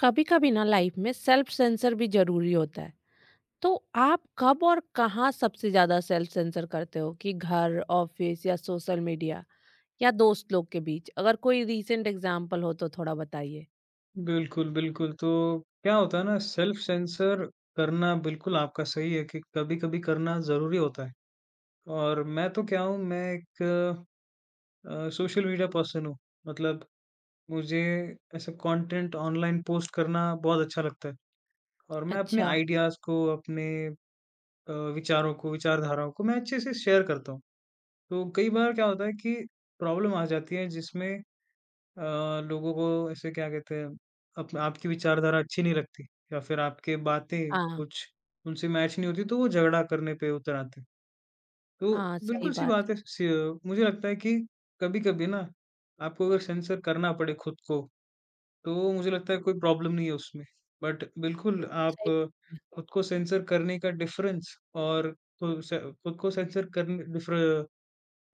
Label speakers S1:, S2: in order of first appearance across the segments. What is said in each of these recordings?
S1: कभी कभी ना लाइफ में सेल्फ सेंसर भी जरूरी होता है। तो आप कब और कहाँ सबसे ज्यादा सेल्फ सेंसर करते हो, कि घर, ऑफिस या सोशल मीडिया या दोस्त लोग के बीच? अगर कोई रीसेंट एग्जाम्पल हो तो थोड़ा बताइए।
S2: बिल्कुल, बिल्कुल। तो क्या होता है ना, सेल्फ सेंसर करना बिल्कुल आपका सही है कि कभी-कभी करना ज़रूरी होता है। और मैं तो क्या हूँ, मैं एक सोशल मीडिया पर्सन हूँ। मतलब मुझे ऐसा कंटेंट ऑनलाइन पोस्ट करना बहुत अच्छा लगता है। और मैं अपने
S1: अच्छा।
S2: आइडियाज़ को, अपने विचारों को, विचारधाराओं को मैं अच्छे से शेयर करता हूँ। तो कई बार क्या होता है कि प्रॉब्लम आ जाती है, जिसमें अ, लोगों को ऐसे क्या कहते हैं, अप आपकी विचारधारा अच्छी नहीं लगती, या फिर आपके बातें
S1: हाँ।
S2: कुछ उनसे मैच नहीं होती, तो वो झगड़ा करने पे उतर आते हैं। तो
S1: हाँ सही
S2: बिल्कुल-सी
S1: बात
S2: बात है।
S1: है।
S2: स मुझे लगता है कि कभी-कभी ना, आपको अगर सेंसर करना पड़े खुद को, तो मुझे लगता है कोई प्रॉब्लम नहीं है उसमें। बट बिल्कुल, आप
S1: सही बात है।
S2: खुद को सेंसर करने का डिफरेंस और खुद से खुद को सेंसर करने डिफर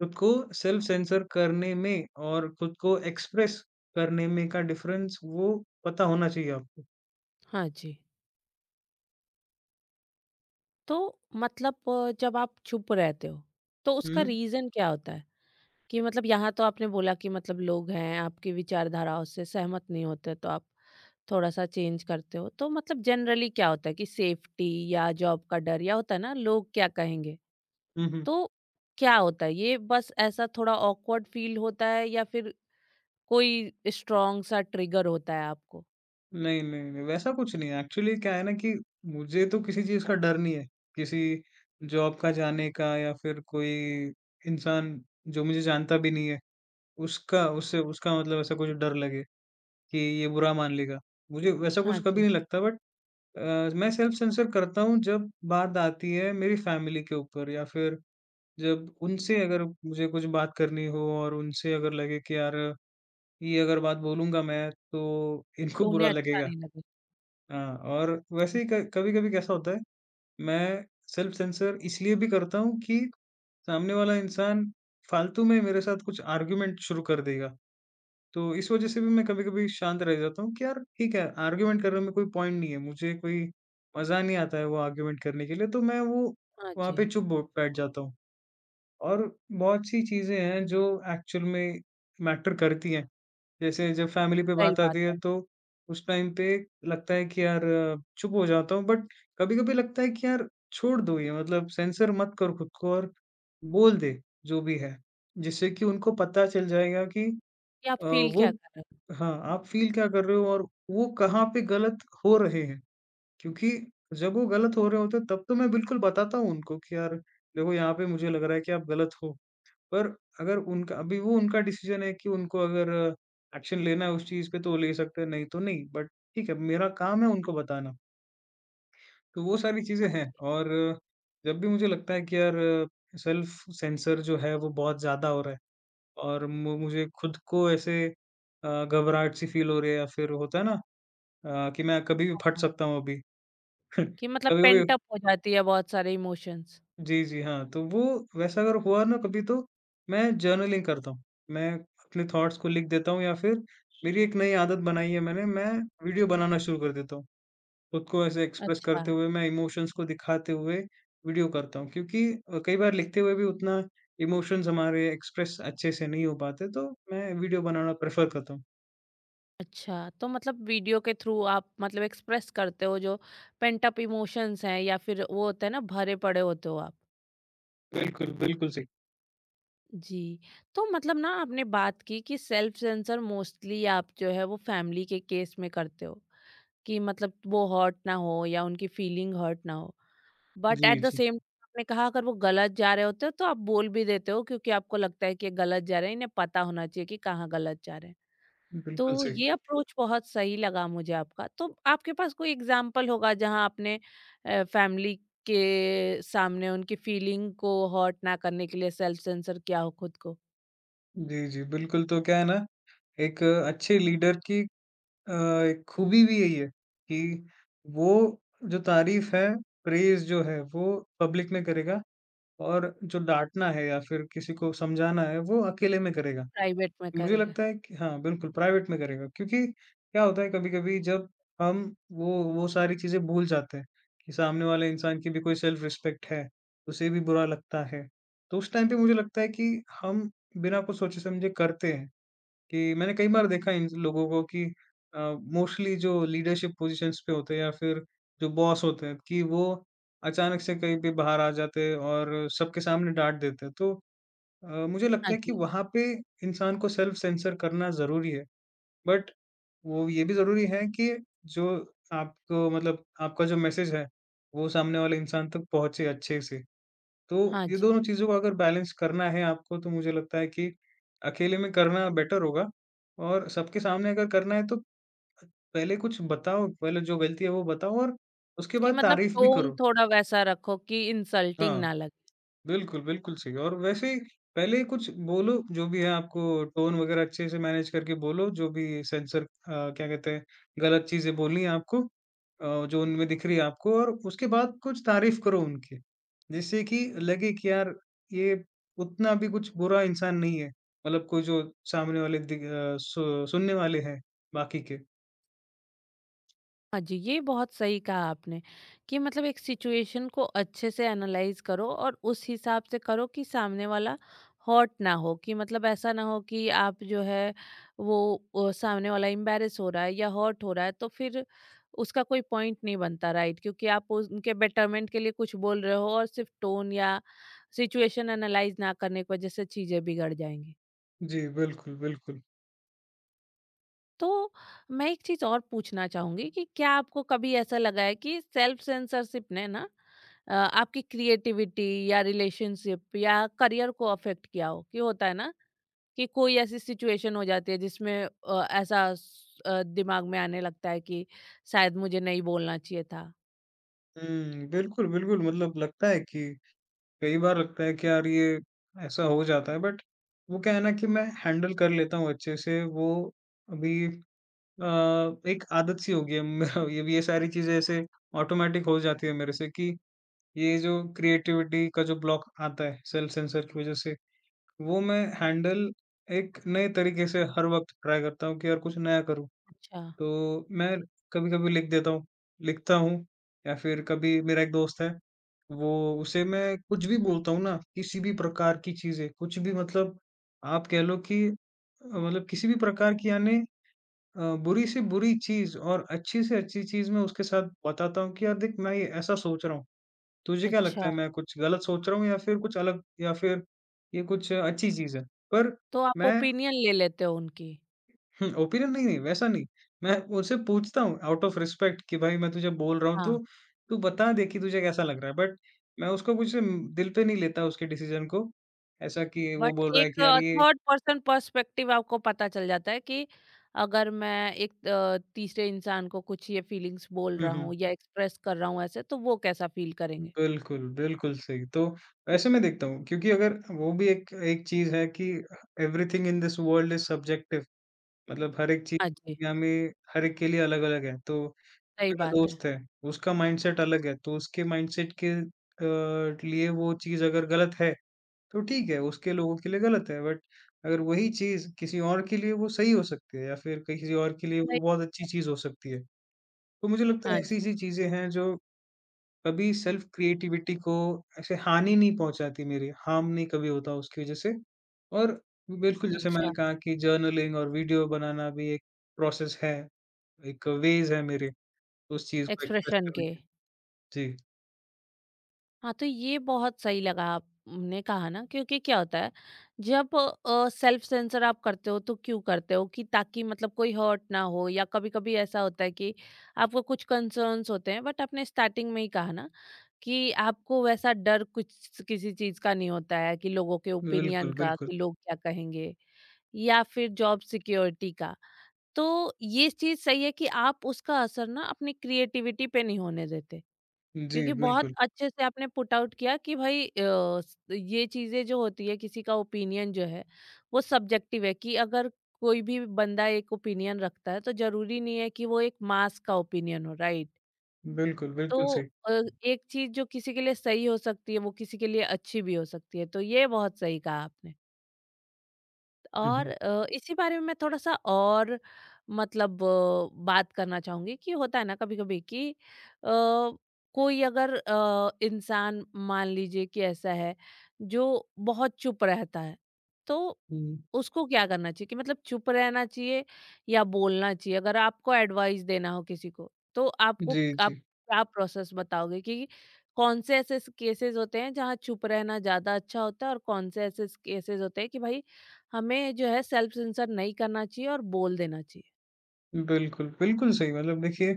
S2: खुद को सेल्फ सेंसर करने में और खुद को एक्सप्रेस करने में का डिफरेंस वो पता होना चाहिए आपको।
S1: हाँ जी। तो मतलब जब आप चुप रहते हो तो उसका
S2: हुँ,
S1: रीजन क्या होता है? कि मतलब यहाँ तो आपने बोला कि मतलब लोग हैं आपकी विचारधाराओं से सहमत नहीं होते तो आप थोड़ा सा चेंज करते हो। तो मतलब जनरली क्या होता है कि सेफ्टी या जॉब का डर, या होता है ना लोग क्या कहेंगे?
S2: हुँ, हुँ।
S1: तो क्या होता है, ये बस ऐसा थोड़ा ऑकवर्ड फील होता है या फिर कोई स्ट्रॉन्ग सा ट्रिगर होता है आपको?
S2: नहीं, नहीं, नहीं, वैसा कुछ नहीं है। एक्चुअली क्या है ना, कि मुझे तो किसी चीज़ का डर नहीं है। किसी जॉब का जाने का, या फिर कोई इंसान जो मुझे जानता भी नहीं है, उसका मतलब ऐसा कुछ डर लगे कि ये बुरा मान लेगा। मुझे वैसा
S1: हाँ
S2: कुछ कभी
S1: जी।
S2: नहीं लगता। बट मैं सेल्फ सेंसर करता हूँ जब बात आती है मेरी फैमिली के ऊपर, या फिर जब उनसे अगर मुझे कुछ बात करनी हो और उनसे अगर लगे कि यार, ये अगर बात बोलूँगा मैं, तो इनको
S1: तो
S2: बुरा
S1: उन्हें अच्छा
S2: लगेगा।
S1: नहीं लगे।
S2: हाँ, और वैसे
S1: हाँ।
S2: ही क कभी-कभी कैसा होता है, मैं सेल्फ सेंसर इसलिए भी करता हूँ कि सामने वाला इंसान फालतू में मेरे साथ कुछ आर्गुमेंट शुरू कर देगा। तो इस वज़ह से भी मैं कभी-कभी शांत रह जाता हूँ कि यार ठीक है, आर्गुमेंट करने में कोई पॉइंट नहीं है, मुझे कोई मज़ा नहीं आता है वो आर्गुमेंट करने के लिए, तो मैं वो
S1: हाँ
S2: वहाँ
S1: जी।
S2: पे चुप ब बैठ जाता हूँ। और बहुत सी चीज़ें हैं जो एक्चुअल में मैटर करती हैं। जैसे जब फैमिली पे
S1: सही
S2: बात
S1: बात
S2: आती
S1: है।
S2: है, तो उस टाइम पे लगता है कि यार, चुप हो जाता हूँ। बट कभी-कभी लगता है कि यार, छोड़ दो ये, मतलब सेंसर मत करो खुद को, और बोल दे जो भी है। जिससे कि उनको पता चल जाएगा कि
S1: कि आप फील
S2: वो,
S1: क्या कर रहे हो।
S2: हाँ, आप फ़ील क्या कर रहे हो और वो कहाँ पे गलत हो रहे हैं। क्योंकि जब वो गलत हो रहे होते हैं, तब तो मैं बिल्कुल बताता हूँ उनको कि यार, देखो यहाँ पे मुझे लग रहा है कि आप गलत हो। पर अगर उनका अभी वो उनका डिसीजन है कि उनको अगर एक्शन लेना है उस चीज़ पे, तो वो ले सकते हैं, नहीं तो नहीं। बट ठीक है, मेरा काम है उनको बताना। तो वो सारी चीज़ें
S1: हाँ
S2: हैं।
S1: जी।
S2: और जब भी मुझे लगता है कि यार, सेल्फ सेंसर जो है वो बहुत ज़्यादा हो रहा है और मु मुझे खुद को ऐसे घबराहट सी फील हो रही है, या फिर होता है ना कि मैं कभी भी फट
S1: हाँ।
S2: सकता हूँ अभी।
S1: कि मतलब
S2: कभी-कभी,
S1: पेंट अप हो जाती है बहुत सारे इमोशंस।
S2: जी, जी, हाँ, तो वो वैसा अगर हुआ ना कभी, तो मैं जर्नलिंग करता हूँ। मैं अपने थॉट्स को लिख देता हूँ, या फिर मेरी एक नई आदत बनाई है मैंने, मैं वीडियो बनाना शुरू कर देता हूँ। खुद को ऐसे एक्सप्रेस
S1: अच्छा।
S2: करते हुए, मैं इमोशंस को दिखाते हुए वीडियो करता हूँ, क्योंकि कई बार लिखते हुए भी उतना इमोशंस हमारे एक्सप्रेस अच्छे से नहीं हो पाते, तो मैं वीडियो बनाना प्रेफ़र करता हूँ।
S1: अच्छा, तो मतलब वीडियो के थ्रू आप मतलब एक्सप्रेस करते हो जो पेंट अप इमोशंस हैं, या फिर वो होता है ना भरे पड़े होते हो आप।
S2: बिल्कुल, बिल्कुल सही।
S1: जी। तो मतलब ना आपने बात की कि सेल्फ सेंसर मोस्टली आप जो है वो फैमिली के केस में करते हो, कि मतलब वो हर्ट ना हो या उनकी फीलिंग हर्ट ना हो। बट
S2: जी,
S1: एट द
S2: जी,
S1: सेम आपने कहा अगर वो गलत जा रहे होते हो तो आप बोल भी देते हो, क्योंकि आपको लगता है कि ये गलत जा रहे हैं, इन्हें पता होना चाहिए कि कहाँ गलत जा रहे हैं।
S2: बिल्कुल
S1: तो
S2: सही।
S1: ये अप्रोच बहुत सही लगा मुझे आपका। तो आपके पास कोई एग्ज़ाम्पल होगा जहाँ आपने फैमिली के सामने उनकी फीलिंग को हर्ट ना करने के लिए सेल्फ सेंसर किया हो खुद को?
S2: जी, जी, बिल्कुल। तो क्या है ना, एक अच्छे लीडर की अ, एक खूबी भी यही है कि वो जो तारीफ है, प्रेज़ जो है वो पब्लिक में करेगा, और जो डाँटना है या फिर किसी को समझाना है वो अकेले में करेगा।
S1: प्राइवेट में
S2: मुझे
S1: करेगा।
S2: लगता है कि हाँ, बिल्कुल प्राइवेट में करेगा, क्योंकि क्या होता है, कभी-कभी जब हम वो सारी चीज़ें भूल जाते हैं कि सामने वाले इंसान की भी कोई सेल्फ़ रिस्पेक्ट है, उसे भी बुरा लगता है। तो उस टाइम पे मुझे लगता है कि हम बिना कुछ सोचे-समझे करते हैं। कि मैंने कई बार देखा इन लोगों को, कि मोस्टली जो लीडरशिप पोजीशंस पे होते हैं, या फिर जो बॉस होते हैं, कि वो अचानक से कहीं पे बाहर आ जाते हैं और सबके सामने डांट देते हैं, तो मुझे
S1: हाँ
S2: लगता है कि
S1: जी,
S2: वहां पे इंसान को सेल्फ सेंसर करना जरूरी है। बट वो ये भी जरूरी है कि जो आपको, मतलब आपका जो मैसेज है, वो सामने वाले इंसान तक पहुंचे अच्छे से। तो
S1: हाँ
S2: ये
S1: जी।
S2: दोनों चीज़ों को अगर बैलेंस करना है आपको, तो मुझे लगता है कि अकेले में करना बेटर होगा। और सबके सामने अगर करना है, तो पहले कुछ बताओ, पहले जो गलती है वो बताओ, और उसके
S1: कि
S2: बाद
S1: मतलब
S2: तारीफ़ भी
S1: टोन
S2: करो।
S1: थोड़ा वैसा रखो कि इंसल्टिंग
S2: हाँ।
S1: ना लगे।
S2: बिल्कुल, बिल्कुल सही। और वैसे ही पहले कुछ बोलो, जो भी है आपको, टोन वगैरह अच्छे से मैनेज करके बोलो, जो भी सेंसर, क्या कहते हैं, गलत चीज़ें बोलनी है आपको, जो उनमें दिख रही है आपको, और उसके बाद कुछ तारीफ़ करो उनकी, जिससे कि लगे कि यार, ये उतना भी कुछ बुरा इंसान नहीं है, मतलब कोई जो सामने वाले दिख अ, सु सुनने वाले हैं बाकी के।
S1: हाँ जी, ये बहुत सही कहा आपने कि मतलब एक सिचुएशन को अच्छे से एनालाइज करो और उस हिसाब से करो कि सामने वाला हॉट ना हो। कि मतलब ऐसा ना हो कि आप जो है वो सामने वाला एम्बेरस हो रहा है या हॉट हो रहा है, तो फिर उसका कोई पॉइंट नहीं बनता राइट, क्योंकि आप उनके बेटरमेंट के लिए कुछ बोल रहे हो, और सिर्फ टोन या सिचुएशन एनालाइज ना करने की वजह से चीज़ें बिगड़ जाएंगी।
S2: जी, बिल्कुल, बिल्कुल।
S1: तो मैं एक चीज और पूछना चाहूंगी कि क्या आपको कभी ऐसा लगा है कि सेल्फ सेंसरशिप ने ना आपकी क्रिएटिविटी या रिलेशनशिप या करियर को अफेक्ट किया हो? कि होता है ना कि कोई ऐसी सिचुएशन हो जाती है जिसमें दिमाग में आने लगता है कि शायद मुझे नहीं बोलना चाहिए था।
S2: हुँ, बिल्कुल, बिल्कुल। मतलब लगता है कि कई बार लगता है कि यार, ये ऐसा हो जाता है। बट वो क्या है ना, कि मैं हैंडल कर लेता हूँ अच्छे से वो। अभी अ, एक आदत सी हो गई है मेरा, ये भी, ये सारी चीजें ऐसे ऑटोमेटिक हो जाती है मेरे से कि ये जो क्रिएटिविटी का जो ब्लॉक आता है सेल्फ सेंसर की वजह से, वो मैं हैंडल एक नए तरीके से हर वक्त ट्राई करता हूँ कि यार कुछ नया करूँ।
S1: अच्छा।
S2: तो मैं कभी-कभी लिख देता हूँ, लिखता हूँ, या फिर कभी, मेरा एक दोस्त है, वो, उसे मैं कुछ भी बोलता हूँ ना, किसी भी प्रकार की चीज़ें, कुछ भी, मतलब आप कह लो कि मतलब किसी भी प्रकार की, यानी बुरी से बुरी चीज़ और अच्छी से अच्छी चीज़ मैं उसके साथ बताता हूँ कि यार देख, मैं ये ऐसा सोच रहा हूँ, तुझे क्या लगता
S1: अच्छा,
S2: है, मैं कुछ गलत सोच रहा हूँ या फिर कुछ अलग, या फिर ये कुछ अच्छी चीज़ है? पर
S1: तो आप
S2: मैं,
S1: ओपिनियन ले लेते हो उनकी।
S2: ओपिनियन नहीं, नहीं, वैसा नहीं। मैं उनसे पूछता हूँ आउट ऑफ रिस्पेक्ट, कि भाई, मैं तुझे बोल रहा हूँ तो तू बता दे कि तुझे कैसा लग रहा है। बट मैं उसको कुछ दिल पे नहीं लेता, उसके डिसीज़न को। ऐसा कि वो
S1: बट
S2: बोल रहा है
S1: एक
S2: कि यार ये,
S1: थर्ड पर्सन पर्सपेक्टिव आपको पता चल जाता है कि अगर मैं एक तीसरे इंसान को कुछ ये फीलिंग्स बोल
S2: हुँ,
S1: रहा
S2: हुँ।
S1: हूँ या एक्सप्रेस कर रहा हूँ ऐसे, तो वो कैसा फील करेंगे।
S2: बिल्कुल, बिल्कुल सही। तो वैसे मैं देखता हूँ, क्योंकि अगर वो भी एक एक चीज़ है कि everything in this world is subjective. मतलब हर एक चीज़
S1: हाँ जी,
S2: दुनिया में हर एक के लिए अलग-अलग है। तो
S1: सही
S2: मेरा
S1: बात है।
S2: दोस्त है, उसका माइंडसेट अलग है, तो उसके माइंडसेट के लिए वो चीज़ अगर गलत है, तो ठीक है, उसके लोगों के लिए गलत है। बट अगर वही चीज़ किसी और के लिए वो सही हो सकती है, या फिर किसी और के लिए वो
S1: सही।
S2: बहुत अच्छी चीज़ हो सकती है। तो मुझे लगता है
S1: हाँ जी।
S2: ऐसी-सी चीज़ें हैं जो कभी सेल्फ क्रिएटिविटी को ऐसे हानि नहीं पहुँचाती मेरी, हार्म नहीं कभी होता उसकी वज़ह से। और बिल्कुल, जैसे मैंने
S1: अच्छा।
S2: कहा, कि जर्नलिंग और वीडियो बनाना भी एक प्रोसेस है, एक वेज़ है मेरे उस चीज़ को एक्सप्रेस
S1: एक्सप्रेशन
S2: करने
S1: के।
S2: के। जी,
S1: हाँ, तो ये बहुत सही लगा, आपने कहा ना, क्योंकि क्या होता है जब सेल्फ सेंसर आप करते हो तो क्यों करते हो? कि ताकि मतलब कोई हर्ट ना हो, या कभी-कभी ऐसा होता है कि आपको कुछ कंसर्न्स होते हैं। बट आपने स्टार्टिंग में ही कहा ना कि आपको वैसा डर कुछ किसी चीज का नहीं होता है, कि लोगों के
S2: बिल्कुल,
S1: ओपिनियन का,
S2: बिल्कुल।
S1: कि लोग क्या कहेंगे या फिर जॉब सिक्योरिटी का। तो ये चीज सही है कि आप उसका असर ना अपनी क्रिएटिविटी पे नहीं होने देते,
S2: जी,
S1: क्योंकि बहुत
S2: बिल्कुल।
S1: अच्छे से आपने पुट आउट किया कि भाई ये चीजें जो होती है, किसी का ओपिनियन जो है वो सब्जेक्टिव है। कि अगर कोई भी बंदा एक ओपिनियन रखता है, तो जरूरी नहीं है कि वो एक मास का ओपिनियन हो, राइट?
S2: बिल्कुल, बिल्कुल
S1: तो
S2: सही।
S1: एक चीज जो किसी के लिए सही हो सकती है वो किसी के लिए अच्छी भी हो सकती है, तो ये बहुत सही कहा आपने।
S2: हुँ,
S1: और
S2: हुँ।
S1: इसी बारे में मैं थोड़ा-सा और मतलब बात करना चाहूँगी कि होता है ना कभी-कभी कि कोई अगर इंसान मान लीजिए कि ऐसा है जो बहुत चुप रहता है, तो
S2: हुँ,
S1: उसको क्या करना चाहिए? कि मतलब चुप रहना चाहिए या बोलना चाहिए? अगर आपको एडवाइस देना हो किसी को, तो आपको
S2: जी,
S1: आप
S2: जी।
S1: क्या प्रोसेस बताओगे कि कौन से ऐसे केसेस होते हैं जहाँ चुप रहना ज़्यादा अच्छा होता है, और कौन से ऐसे केसेस होते हैं कि भाई हमें जो है सेल्फ सेंसर नहीं करना चाहिए और बोल देना चाहिए?
S2: बिल्कुल, बिल्कुल सही। मतलब देखिए,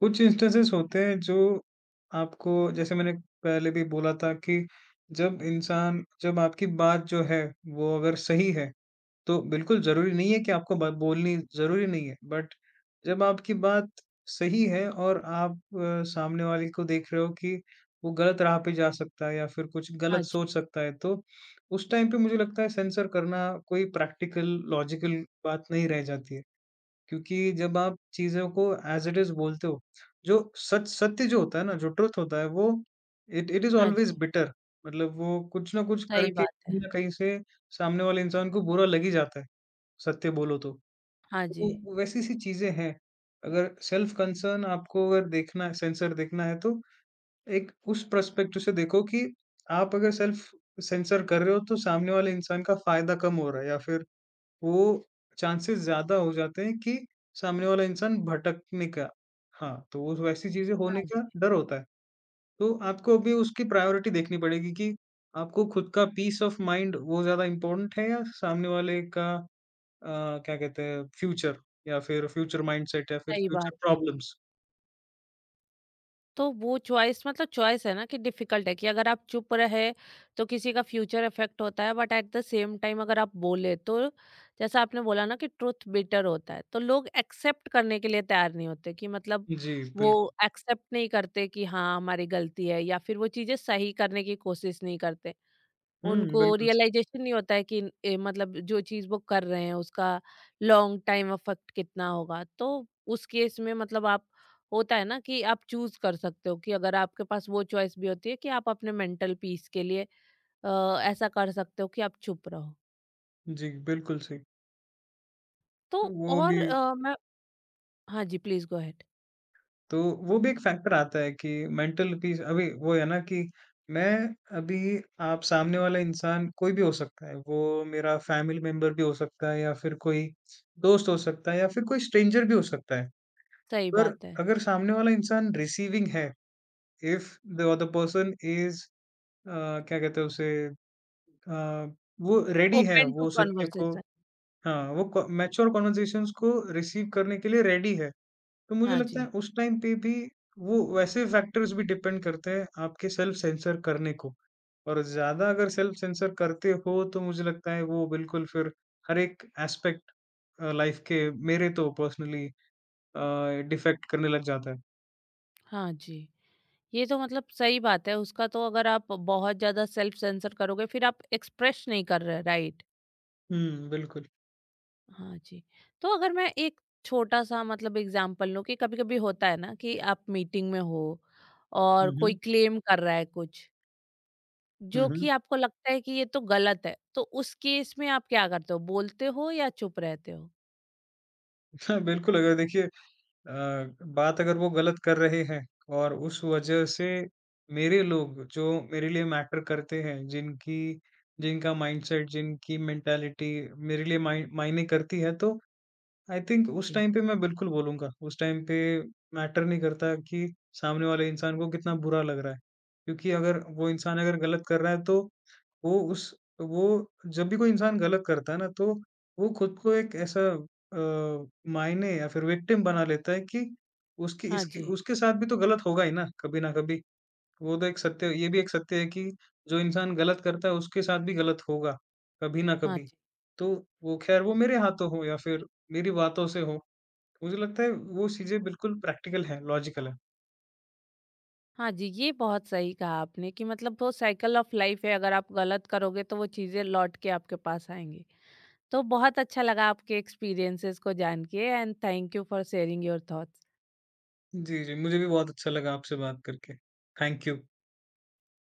S2: कुछ इंस्टेंसेस होते हैं जो आपको, जैसे मैंने पहले भी बोला था कि, जब आपकी बात जो है, वो अगर सही है, तो बिल्कुल ज़रूरी नहीं है कि आपको ब बोलनी ज़रूरी नहीं है। बट जब आपकी बात सही है और आप सामने वाले को देख रहे हो कि वो गलत राह पे जा सकता है, या फिर कुछ
S1: हाँ
S2: गलत सोच
S1: जी,
S2: सकता है, तो उस टाइम पे मुझे लगता है सेंसर करना कोई प्रैक्टिकल, लॉजिकल बात नहीं रह जाती है। क्योंकि जब आप चीज़ों को एज़ इट इज़ बोलते हो, जो सच सत्य जो होता है ना, जो ट्रुथ होता है, वो इट इट इज़
S1: हाँ
S2: ऑल्वेज़
S1: जी,
S2: बिटर। मतलब वो कुछ ना कुछ
S1: सही
S2: करके
S1: बात है।
S2: कहीं न कहीं से सामने वाले इंसान को बुरा लग ही जाता है, सत्य बोलो तो।
S1: हाँ जी,
S2: तो वैसी-सी चीज़ें हैं। अगर सेल्फ कंसर्न आपको, अगर देखना है, सेंसर देखना है, तो एक उस पर्सपेक्टिव से देखो कि आप अगर सेल्फ सेंसर कर रहे हो, तो सामने वाले इंसान का फ़ायदा कम हो रहा है, या फिर वो चांसेस ज़्यादा हो जाते हैं कि सामने वाला इंसान भटकने का, हाँ, तो वो वैसी चीज़ें होने
S1: हाँ
S2: का
S1: जी,
S2: डर होता है। तो आपको अभी उसकी प्रायोरिटी देखनी पड़ेगी, कि आपको खुद का पीस ऑफ माइंड वो ज़्यादा इम्पोर्टेंट है, या सामने वाले का अ, क्या कहते हैं, फ्यूचर, या फिर फ्यूचर माइंडसेट, या फिर
S1: सही बात
S2: फ्यूचर
S1: है।
S2: प्रॉब्लम्स।
S1: तो वो चॉइस, मतलब चॉइस है ना कि डिफिकल्ट है, कि अगर आप चुप रहे तो किसी का फ्यूचर इफेक्ट होता है, but at the same time अगर आप बोले तो जैसा आपने बोला ना कि ट्रुथ बिटर होता है, तो लोग एक्सेप्ट करने के लिए तैयार नहीं होते। कि मतलब
S2: जी,
S1: वो
S2: बिल्कुल।
S1: एक्सेप्ट नहीं करते कि हाँ हमारी गलती है, या फिर वो चीजें सही करने की कोशिश नहीं करते।
S2: हुँ,
S1: उनको
S2: बिल्कुल सही।
S1: रियलाइजेशन नहीं होता है कि ए, मतलब जो चीज़ वो कर रहे हैं उसका लॉन्ग टाइम इफेक्ट कितना होगा। तो उस केस में मतलब आप, होता है ना कि आप चूज कर सकते हो, कि अगर आपके पास वो चॉइस भी होती है कि आप अपने मेंटल पीस के लिए ऐसा कर सकते हो कि आप चुप रहो।
S2: जी, बिल्कुल सही।
S1: तो
S2: तो वो
S1: और
S2: भी
S1: मैं, हाँ जी प्लीज गो अहेड।
S2: तो वो भी एक फैक्टर आता है कि मेंटल पीस, अभी वो है ना कि, मैं अभी, आप, सामने वाला इंसान कोई भी हो सकता है, वो मेरा फैमिली मेंबर भी हो सकता है, या फिर कोई दोस्त हो सकता है, या फिर कोई स्ट्रेंजर भी हो सकता है।
S1: सही
S2: पर
S1: बात है।
S2: अगर सामने वाला इंसान रिसीविंग है, if the other person is, uh, क्या कहते हैं उसे, अ, वो रेडी है,
S1: ओपन टू
S2: वो सत्य को,
S1: कन्वर्सेशन।
S2: हाँ, वो क मैच्योर कन्वर्सेशंस को रिसीव करने के लिए रेडी है। तो मुझे
S1: हाँ
S2: लगता है
S1: जी।
S2: उस टाइम पे भी वो वैसे फैक्टर्स भी डिपेंड करते हैं आपके सेल्फ सेंसर करने को। और ज़्यादा अगर सेल्फ सेंसर करते हो, तो मुझे लगता है वो बिल्कुल फिर हर एक एस्पेक्ट लाइफ़ के, मेरे तो पर्सनली डिफ़ेक्ट करने लग जाता है।
S1: हाँ जी, ये तो मतलब सही बात है, उसका तो अगर आप बहुत ज्यादा सेल्फ सेंसर करोगे फिर आप एक्सप्रेस नहीं कर रहे, राइट?
S2: हुँ, बिल्कुल।
S1: हाँ जी। तो अगर मैं एक छोटा-सा मतलब एग्ज़ाम्पल लूँ, कि कभी-कभी होता है ना कि आप मीटिंग में हो और
S2: हुँ,
S1: कोई
S2: हुँ।
S1: क्लेम कर रहा है कुछ,
S2: हुँ,
S1: जो कि
S2: हुँ।
S1: आपको लगता है कि ये तो गलत है, तो उस केस में आप क्या करते हो? बोलते हो या चुप रहते हो?
S2: हाँ, बिल्कुल, अगर देखिए बात अगर वो गलत कर रहे हैं और उस वजह से मेरे लोग जो मेरे लिए मैटर करते हैं, जिनकी जिनका माइंडसेट, जिनकी मेंटालिटी मेरे लिए मायने करती है, तो आई थिंक उस
S1: जी।
S2: टाइम पे मैं बिल्कुल बोलूँगा। उस टाइम पे मैटर नहीं करता कि सामने वाले इंसान को कितना बुरा लग रहा है। क्योंकि अगर वो इंसान अगर गलत कर रहा है, तो वो उस वो जब भी कोई इंसान गलत करता है ना, तो वो खुद को एक ऐसा अ, मायने या फिर विक्टिम बना लेता है कि उसकी
S1: हाँ
S2: इसकी
S1: जी।
S2: उसके साथ भी तो गलत होगा ही ना, कभी ना कभी। वो तो एक सत्य, ये भी एक सत्य है, कि जो इंसान गलत करता है, उसके साथ भी गलत होगा, कभी ना
S1: हाँ
S2: कभी।
S1: जी।
S2: तो वो ख़ैर वो मेरे हाथों हो, या फिर मेरी बातों से हो, मुझे लगता है वो चीज़ें बिल्कुल प्रैक्टिकल हैं, लॉजिकल हैं।
S1: हाँ जी, ये बहुत सही कहा आपने कि मतलब वो साइकिल ऑफ लाइफ़ है, अगर आप गलत करोगे तो वो चीज़ें लौट के आपके पास आएँगी। तो बहुत अच्छा लगा आपके एक्सपीरियंसेस को जान के, and thank you for sharing your thoughts.
S2: जी, जी, मुझे भी बहुत अच्छा लगा आपसे बात करके। Thank you.